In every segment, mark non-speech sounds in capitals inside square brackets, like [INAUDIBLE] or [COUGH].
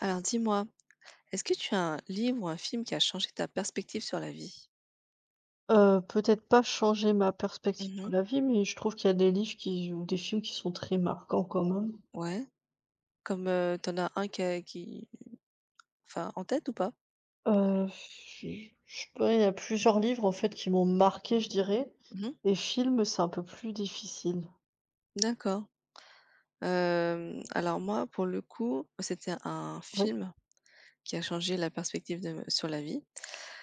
Alors dis-moi, est-ce que tu as un livre ou un film qui a changé ta perspective sur la vie? Peut-être pas changer ma perspective sur Mhm. la vie, mais je trouve qu'il y a des livres qui ou des films qui sont très marquants quand même. Ouais, comme t'en as un qui enfin, en tête ou pas? Heu, je je pourrais, il y a plusieurs livres en fait qui m'ont marquée, je dirais, Mhm. et films, c'est un peu plus difficile. D'accord. Alors moi, pour le coup, c'était un Oui. film qui a changé la perspective sur la vie.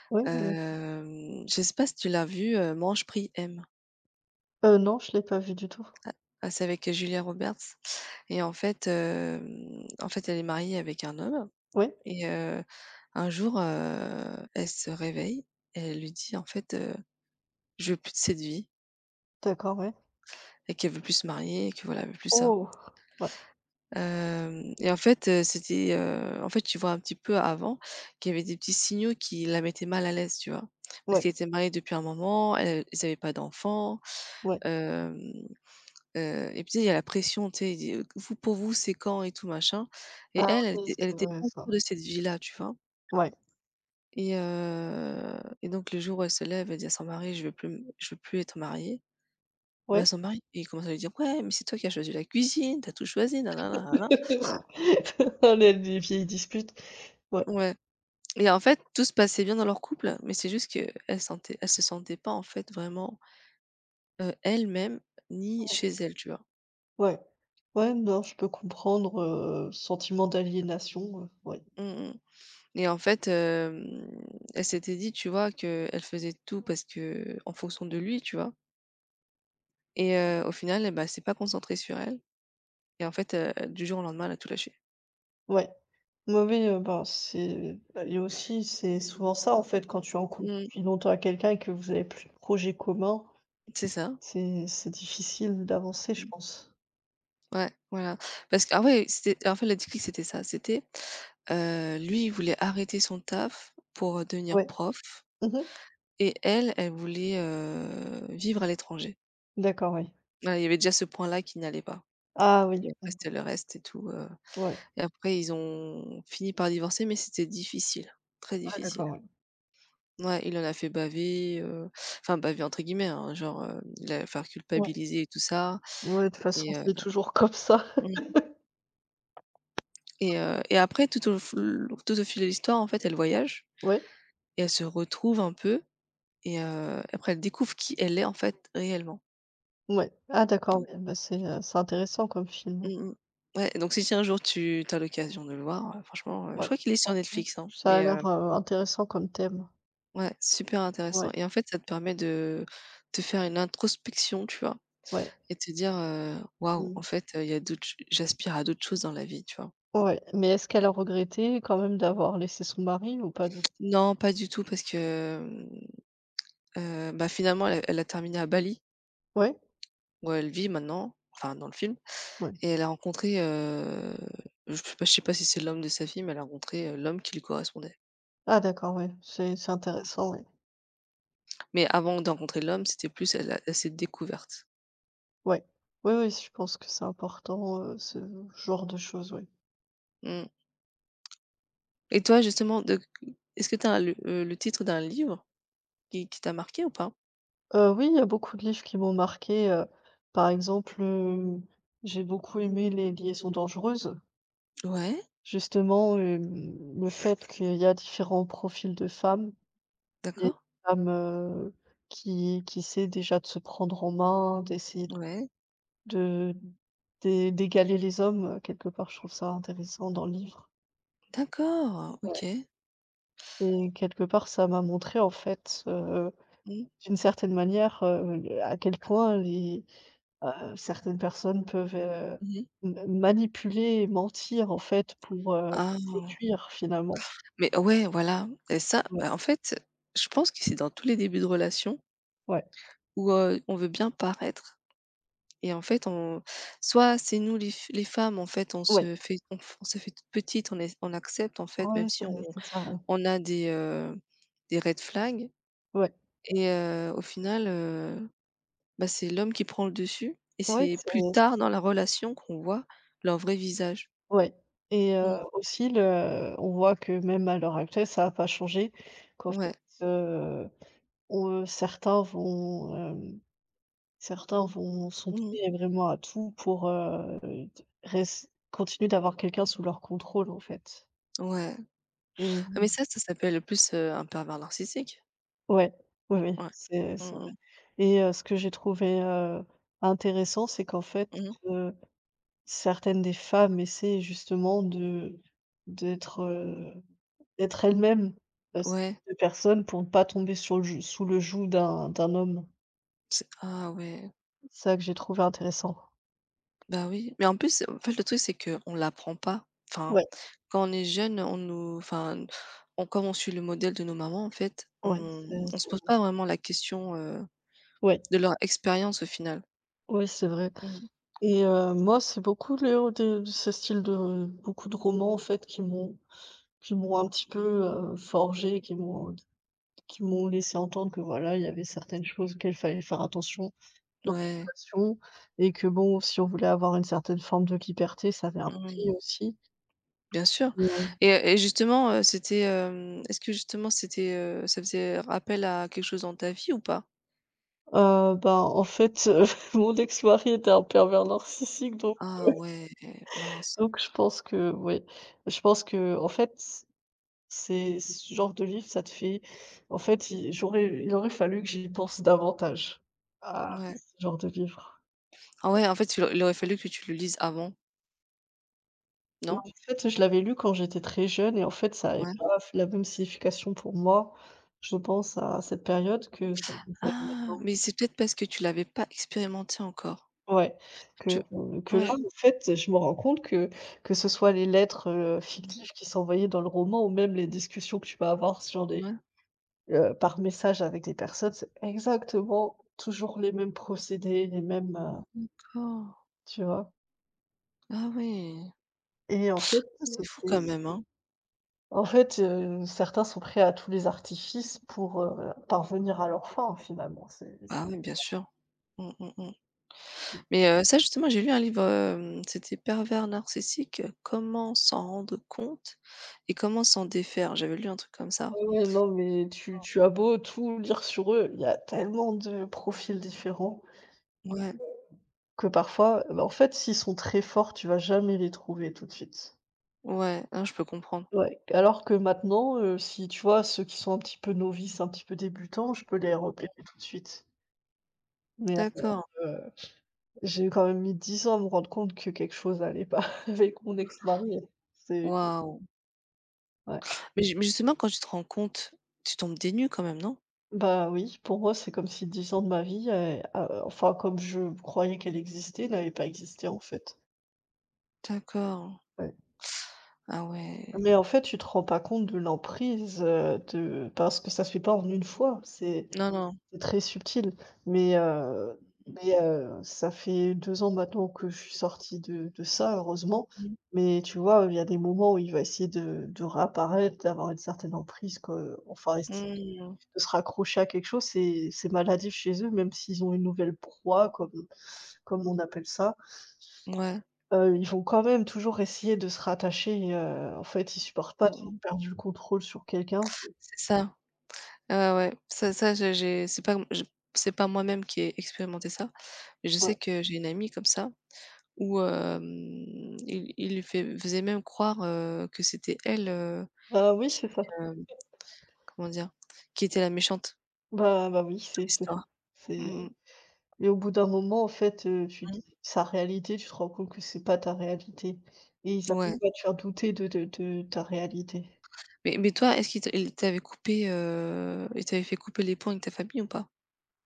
Ouais, oui. Je sais pas si tu l'as vu, Mange, prie, aime. Non, je l'ai pas vu du tout. Ah, c'est avec Julia Roberts. Et en fait, elle est mariée avec un homme. Oui. Et un jour, elle se réveille et elle lui dit en fait, je veux plus de cette vie D'accord, ouais. et qu'elle veut plus se marier et que voilà, elle veut plus ça. Oh! Ouais, Hem et en fait, en fait, tu vois un petit peu avant qu'il y avait des petits signaux qui la mettaient mal à l'aise, tu vois? Parce ouais, qu'elle était mariée depuis un moment, elle ils n'avaient pas d'enfants, ouais. hem, et puis il y a la pression, tu sais, il dit: «Vous, pour vous, c'est quand?» et tout machin. Et Ah elle oui, était elle c'est était vrai pas ça. sûre de cette vie-là, tu vois? Ouais, Et donc le jour où elle se lève, elle dit à son mari: «Je veux plus m je veux plus être mariée». Bah, ouais. son mari, il commence à lui dire: «Ouais, mais c'est toi qui as choisi la cuisine, t'as tout choisi, nanana, nanana». [LAUGHS] Les vieilles disputes. Ouais. Ouais. Et en fait, tout se passait bien dans leur couple, mais c'est juste que elle se sentait pas, en fait, vraiment, elle-même ni chez elle, tu vois? Ouais. Ouais, non, je peux comprendre, sentiment d'aliénation, ouais. Mmh mh Et en fait, elle s'était dit, tu vois, que elle faisait tout parce que en fonction de lui, tu vois? Et au final, bah, s'est pas concentrée sur elle. Et en fait, du jour au lendemain, elle a tout lâché. Ouais. Ouais, oui, ben, c'est bah, et aussi, c'est souvent ça, en fait, quand tu es en couple Mmh. depuis longtemps à quelqu'un et que vous avez plus de projets communs, C'est ça. c'est difficile d'avancer, je Mmh. pense. Ouais, voilà. Parce que ah ouais, c'était en fait, la déclic, c'était ça. C'était, lui, il voulait arrêter son taf pour devenir Ouais. prof. Mmh. Et elle, elle voulait, vivre à l'étranger. D'accord, oui. Voilà, il y avait déjà ce point-là qui n'allait pas. Ah Et oui. Mmh. après, c'était le reste et tout, Ouais. et après, ils ont fini par divorcer mais c'était difficile, très Ah difficile. d'accord, oui. Ouais, il en a fait baver, enfin, «baver» entre guillemets, hein, genre, il allait la faire Ouais. culpabiliser et tout ça Ouais, de toute façon, et heu, c'est toujours comme ça. [LAUGHS] mmh et après tout au fil de l'histoire, en fait, elle voyage Ouais, et elles se retrouve un peu. Et après elle découvre qui elle est en fait réellement. ouais. Ah d'accord, Oui. oui, bah, c'est intéressant comme film. Mmh mh. Ouais, donc si un jour tu as l'occasion de le voir, franchement, je Ouais. crois qu'il est Ça sur Netflix, hein, ça a mais l'air, intéressant comme thème. ouais, super Ouais, intéressant. Et en fait, ça te permet de te faire une introspection, tu vois? ouais, Et te dire, «Waouh, en mmh, fait, il y a d'autres ch j'aspire à d'autres choses dans la vie», tu vois? ouais, mais est-ce qu'elle a regretté quand même d'avoir laissé son mari ou pas du Non, pas du tout parce que, bah, finalement elle a terminé à Bali ouais? où elle vit maintenant, enfin dans le film. Ouais. Et elle a rencontré, je sais pas si c'est l'homme de sa fille, mais elle a rencontré, l'homme qui lui correspondait. Ah d'accord, ouais, c'est Mmh. intéressant, ouais. Mais avant de rencontrer l'homme, c'était plus elle s'est découverte. Ouais. Oui, oui, je pense que c'est important, ce genre de choses, oui. Mmh. Et toi justement de est-ce que tu as le titre d'un livre qui t'a marqué ou pas? Oui, il y a beaucoup de livres qui m'ont marquée, par exemple, j'ai beaucoup aimé Les liaisons dangereuses. Ouais, Justement, le fait qu'il y a différents profils de femmes. Et y a une d'accord. qui essaie déjà de se prendre en main, d'essayer Ouais, De d'é d'égaler les hommes, quelque part, je trouve ça intéressant dans le livre. d'accord, Ouais. OK. Et quelque part, ça m'a montré, en fait, Mmh. d'une certaine manière, à quel point les certaines personnes peuvent, Mmh. ma manipuler et mentir, en fait, pour, Ah! séduire, finalement. Mais ouais, voilà et ça, Ouais, bah, en fait, je pense que c'est dans tous les débuts de relation ouais, où, on veut bien paraître. Et en fait, on soit c'est nous les femmes, en fait, ouais, on se fait toute petite, on accepte en fait, ouais, même c'est si on c'est ça, ouais. on a des red flags. Ouais, Et au final, bah, c'est l'homme qui prend le dessus et ouais, c'est c'est plus tard c'est dans la relation qu'on voit leur vrai visage. ouais. Et Mmh. aussi le on voit que même à l'heure actuelle, ça a pas changé, qu'en fait, Ouais. Ou, heu, certains vont, hem, certains vont Mmh. sombrer vraiment à tout pour, res continuer d'avoir quelqu'un sous leur contrôle, en fait. Ouais. Et Ah mais ça s'appelle plus, un pervers narcissique. ouais, oui, oui, Ouais. c'est Mmh c'est vrai. mh. Et ce que j'ai trouvé, intéressant, c'est qu'en fait, Mmh. Certaines des femmes essaient justement d'être, heu, d'être elles-mêmes, heu, Ouais. de personnes pour ne pas tomber sur le joug sous le joug d'un homme. C'est ah ouais. C'est ça que j'ai trouvé intéressant. Bah oui, mais en plus, en fait, le truc, c'est qu'on ne l'apprend pas. Enfin, Ouais, quand on est jeune, on nous, enfin, on, comme on suit le modèle de nos mamans, en fait, ouais, c'est on se c'est pose pas vraiment la question ouais. de leur expérience au final. Oui, c'est vrai. Mmh. Et moi, c'est beaucoup le de ce style de beaucoup de romans, en fait, qui m'ont un petit peu, forgée, qui m'ont laissé entendre que, voilà, il y avait certaines choses auxquelles il fallait faire attention dans les Ouais, relations, et que, bon, si on voulait avoir une certaine forme de liberté, ça avait un prix mmh, aussi. bien sûr. Ouais. Et justement, est-ce que justement, c'était, ça faisait rappel à quelque chose dans ta vie ou pas? Ben, en fait, [LAUGHS] mon ex-mari était un pervers narcissique. Donc Ah ouais, mince. Je pense que, ouais, je pense que en fait c'est ce genre de livre, ça te fait en fait, il j'aurais il aurait fallu que j'y pense davantage à ce Ouais. genre de livre. Ah ouais, en fait, il aurait fallu que tu le lises avant, En non? fait, je l'avais lu quand j'étais très jeune et en fait, ça avait pas la même signification pour moi, je pense, à cette période que ça a eu Ah! maintenant. Mais c'est peut-être parce que tu l'avais pas expérimenté encore. Ouais, Tu que là, Ouais. en fait, je me rends compte que ce soit les lettres, Mmh. fictives, qui s'envoyaient dans le roman, ou même les discussions que tu vas avoir sur des Ouais, par message avec des personnes, c'est exactement toujours les mêmes procédés, les mêmes, d'accord. tu vois? Ah ouais. Et en fait, Ah, c'est c'est fou quand même, hein. en fait, certains sont prêts à tous les artifices pour, parvenir à leurs fins finalement, c'est Bah, oui, bien sûr. Mmh, mmh, mmh. Mais, ça justement, j'ai lu un livre, c'était «Pervers narcissique, comment s'en rendre compte et comment s'en défaire». J'avais lu un truc comme ça. Ah ouais, non mais tu as beau tout lire sur eux, il y a tellement de profils différents Ouais, que parfois, bah, en fait, s'ils sont très forts, tu vas jamais les trouver tout de suite. ouais, ah, je peux comprendre. Ouais, alors que maintenant, si tu vois, ceux qui sont un petit peu novices, un petit peu débutants, je peux les repérer tout de suite. Mais, D'accord. heu, j'ai quand même mis 10 ans à me rendre compte que quelque chose allait pas [LAUGHS] avec mon ex-mari. C'est Waouh! ouais. Mais justement quand tu te rends compte, tu tombes des nues quand même, non? Bah, oui, pour moi, c'est comme si 10 ans de ma vie, a enfin, comme je croyais qu'elle existait, n'avait pas existé, en fait. D'accord. Ouais. Ah ouais. Mais en fait, tu te rends pas compte de l'emprise, de parce que ça se fait pas en une fois. Non, non. C'est très subtil, mais ça fait 2 ans maintenant que je suis sortie de ça, heureusement, Mmh. mais tu vois, il y a des moments où il va essayer de réapparaître, d'avoir une certaine emprise que enfin essayer de Mmh. de se raccrocher à quelque chose, c'est maladif chez eux, même s'ils ont une nouvelle proie comme on appelle ça, Ouais, ils vont quand même toujours essayer de se rattacher, et en fait, ils supportent pas d'avoir mmh, perdu le contrôle sur quelqu'un. c'est ça. Ouais, ouais, ouais. Ça ça je j'ai c'est pas je C'est pas moi-même qui ai expérimenté ça, mais je Ouais. sais que j'ai une amie comme ça où, il lui fait faisait même croire, que c'était elle, Bah oui, qui, c'est ça. hem, comment dire? Qui était la méchante Bah oui, de c'est ça. l'histoire. Mmh C'est. mh. Et au bout d'un moment, en fait, tu Mmh. dis sa réalité, tu te rends compte que c'est pas ta réalité, et ils arrivent Ouais. à te faire douter de ta réalité. Mais toi, est-ce qu'il te il t'avait coupé, il t'avait fait couper les ponts avec ta famille ou pas?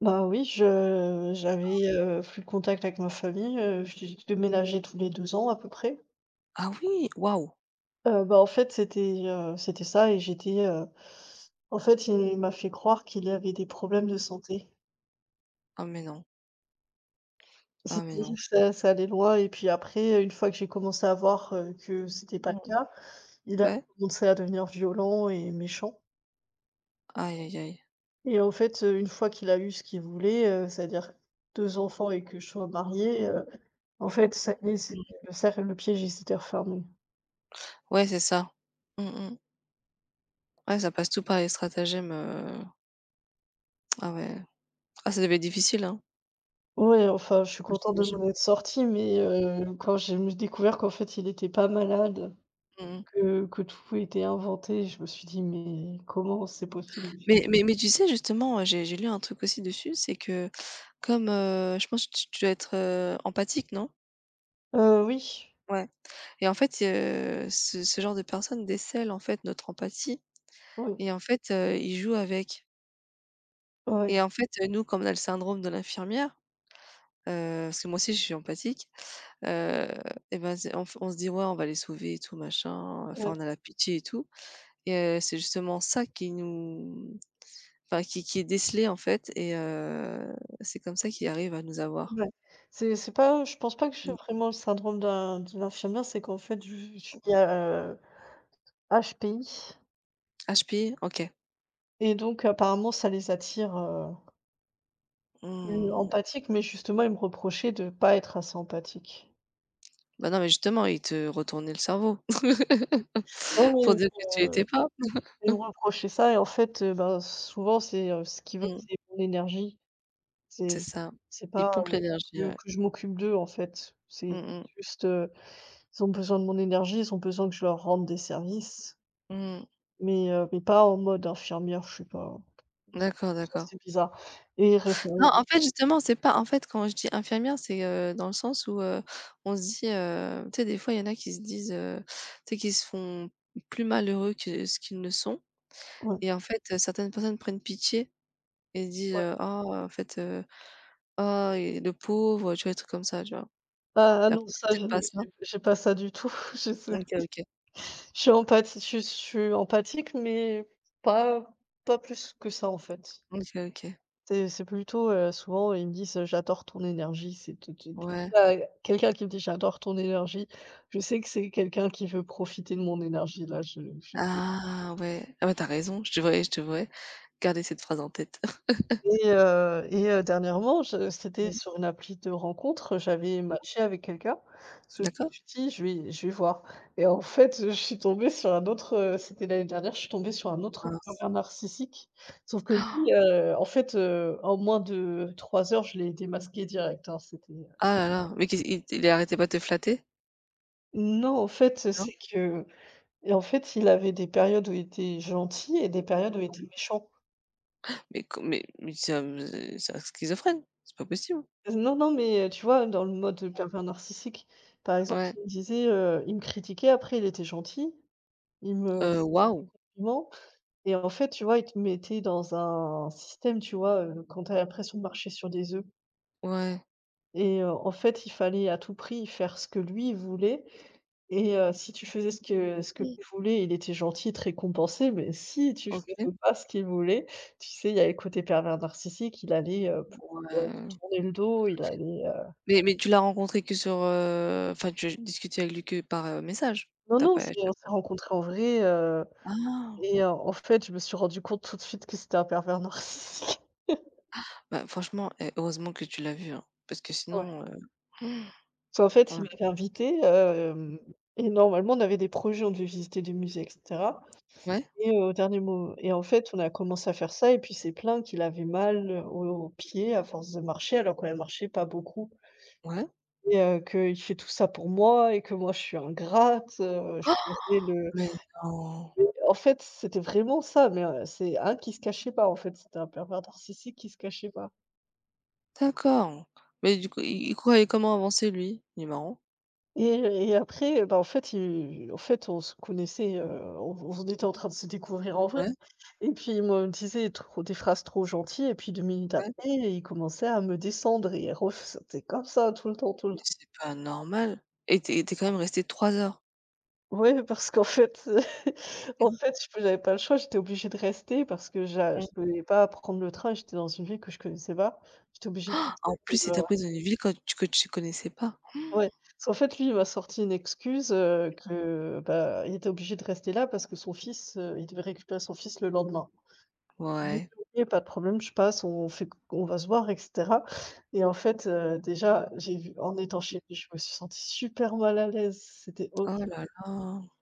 Bah, oui, je j'avais, plus de contact avec ma famille, j'ai déménagé tous les 2 ans à peu près. Ah oui! Waouh! Bah, en fait, c'était ça, et j'étais, en fait, il m'a fait croire qu'il y avait des problèmes de santé. Ah mais non, [LAUGHS] ah mais C'était non. ça. Ça allait loin. Et puis après, une fois que j'ai commencé à voir, que c'était pas le Mmh. cas, il a Ouais? commencé à devenir violent et méchant. Aïe aïe aïe. Et en fait, une fois qu'il a eu ce qu'il voulait, c'est-à-dire 2 enfants et que je sois mariée, en fait, ça y est, c'est Mmh. le cercle, le piège, il s'était refermé. Ouais, c'est ça. Mmh mh. Ouais, ça passe tout par les stratagèmes, ah ouais. Ah, ça devait être difficile, hein? Ouais, enfin, je suis contente de J'imagine. m'en être sortie, mais quand j'ai me découvert qu'en fait, il était pas malade, Mmh. que tout était inventé, je me suis dit: «Mais comment c'est possible?» Mais tu sais, justement, j'ai lu un truc aussi dessus, c'est que comme, je pense que tu dois être, empathique, non? Oui, Ouais. Et en fait, ce ce genre de personnes décèlent, en fait, notre empathie. oui, Et en fait, ils jouent avec. Et ouais, en fait, nous, comme on a le syndrome de l'infirmière, parce que moi aussi je suis empathique, heu et ben, c'est on se dit: «Ouais, on va les sauver et tout machin», ouais, enfin, on a la pitié et tout. Et c'est justement ça qui nous enfin qui est décelé en fait. Et c'est comme ça qu'il arrive à nous avoir. ouais. C'est pas Je pense pas que j'ai Mmh. vraiment le syndrome d'un l'in de l'infirmière, c'est qu'en fait, je suis, HPI. HP? OK. Et donc apparemment ça les attire, Mmh. empathiques, mais justement ils me reprochaient de pas être assez empathique. Bah, non, mais justement, il te retournait le cerveau [LAUGHS] Non mais pour dire que tu me étais pas. ils me reprochaient ça, et en fait, ben, souvent ce qu'ils veulent Mmh, c'est mon énergie. c'est C'est ça. c'est Il pas, pompe l'énergie, que ouais. que je m'occupe d'eux en fait. C'est Mmh mh. juste, ils ont besoin de mon énergie, ils ont besoin que je leur rende des services, Mmh. Mais pas en mode infirmière, je suis pas. D'accord, Ça d'accord. c'est bizarre et ils Non, répondent, en fait, justement, c'est pas en fait, quand je dis infirmière, c'est, dans le sens où, on se dit, tu sais, des fois, il y en a qui se disent, tu sais, qu'ils se font plus malheureux que ce qu'ils ne sont. Et ouais, en fait, certaines personnes prennent pitié et se disent, ouais. «Ah en fait, ah et le pauvre», tu vois? Des trucs comme ça, tu vois? Ah, Et non, après c'est ça je peut-être pas ça. J'ai pas ça du tout. [LAUGHS] Je sais. OK, OK. Je suis empathique, mais pas pas plus que ça, en fait. OK, OK. C'est plutôt, souvent ils me disent, «J'adore ton énergie», c'est tout de suite Ouais. déjà quelqu'un qui me dit: «J'adore ton énergie», je sais que c'est quelqu'un qui veut profiter de mon énergie, là, je. Ah ouais. Ah ouais, tu raison, je devrais garder cette phrase en tête. [LAUGHS] Et dernièrement, je c'était Mmh. sur une appli de rencontre, j'avais Mmh. matché avec quelqu'un, parce que D'accord. je me suis dit: Je vais voir». Et en fait, je suis tombée sur un autre, c'était l'année dernière, je suis tombée sur un autre Ah, mince. pervers narcissique, sauf que lui, en fait, en moins de 3 heures, je l'ai démasqué direct, hein, c'était. Ah là là, mais qu'est-ce il arrêtait pas de te flatter? Non, en fait, Non? c'est que, et en fait, il avait des périodes où il était gentil et des périodes où il était méchant. Mais co mais c'est un schizophrène, c'est pas possible. Non, non, mais tu vois, dans le mode pervers narcissique, par exemple, Ouais. Il me critiquait, après il était gentil, il me faisait des Waouh! compliments, et en fait, tu vois, il te mettait dans un système, tu vois, quand t'as l'impression de marcher sur des œufs. Ouais. Et en fait, il fallait à tout prix faire ce que lui, il voulait. Et si tu faisais ce que Mm. lui voulait, il était gentil, très te mais si tu faisais OK. pas ce qu'il voulait, tu sais, il y a le côté pervers narcissique, il allait, p Ouais. te tourner le dos, il allait. Mais tu l'as rencontré que sur, enfin tu as discuté avec lui que par, message? Non, T'as non, pas tu c'est on s'est l'as pas rencontrés en vrai, ah! En fait, je me suis rendue compte tout de suite que c'était un pervers [LAUGHS] narcissique. Bah, franchement, eh, heureusement que tu l'as vu, hein, parce que Ouais. sinon, Parce qu'en [GASPS] fait, ouais. il m'avait invitée, hem et normalement, on avait des projets, on devait visiter des musées et cetera. Ouais? Et au dernier mo et en fait, on a commencé à faire ça, et puis il s'est plaint qu'il avait mal, aux pieds à force de marcher, alors qu'on a marché pas beaucoup, Ouais? et qu'il fait tout ça pour moi et que moi, je suis ingrate, je Ah, devrais le. mais non! Mais en fait, c'était vraiment ça, mais c'est un qui se cachait pas, en fait. C'était un pervers narcissique qui se cachait pas. D'accord. Mais du coup, il croyait comment avancer lui? Il est marrant. Et et après, bah, en fait, il en fait, on se connaissait, on était en train de se découvrir en vrai. Ouais, Et puis moi, il me disait trop des phrases trop gentilles et puis 2 minutes ouais, après, il commençait à me descendre et c'était comme ça tout le temps, tout le mais temps. c'est pas normal et t'es quand même resté 3 heures. Ouais, parce qu'en fait, [LAUGHS] Mmh mh. Je j'avais pas le choix, j'étais obligée de rester parce que j'a Mmh. je pouvais pas prendre le train, j'étais dans une ville que je connaissais pas. J'étais obligée En plus, il t'a d'attendre. pris dans une ville que tu connaissais pas. Ouais, parce qu'en fait, lui, il m'a sorti une excuse, que, bah, il était obligé de rester là parce que son fils, il devait récupérer son fils le lendemain. Mmh. J'ai Ouais. dit: «OK, pas de problème, je passe, on va se voir et cetera». Et en fait, déjà, j'ai vu en étant chez lui, je me suis sentie super mal à l'aise, c'était Oh horrible. là là!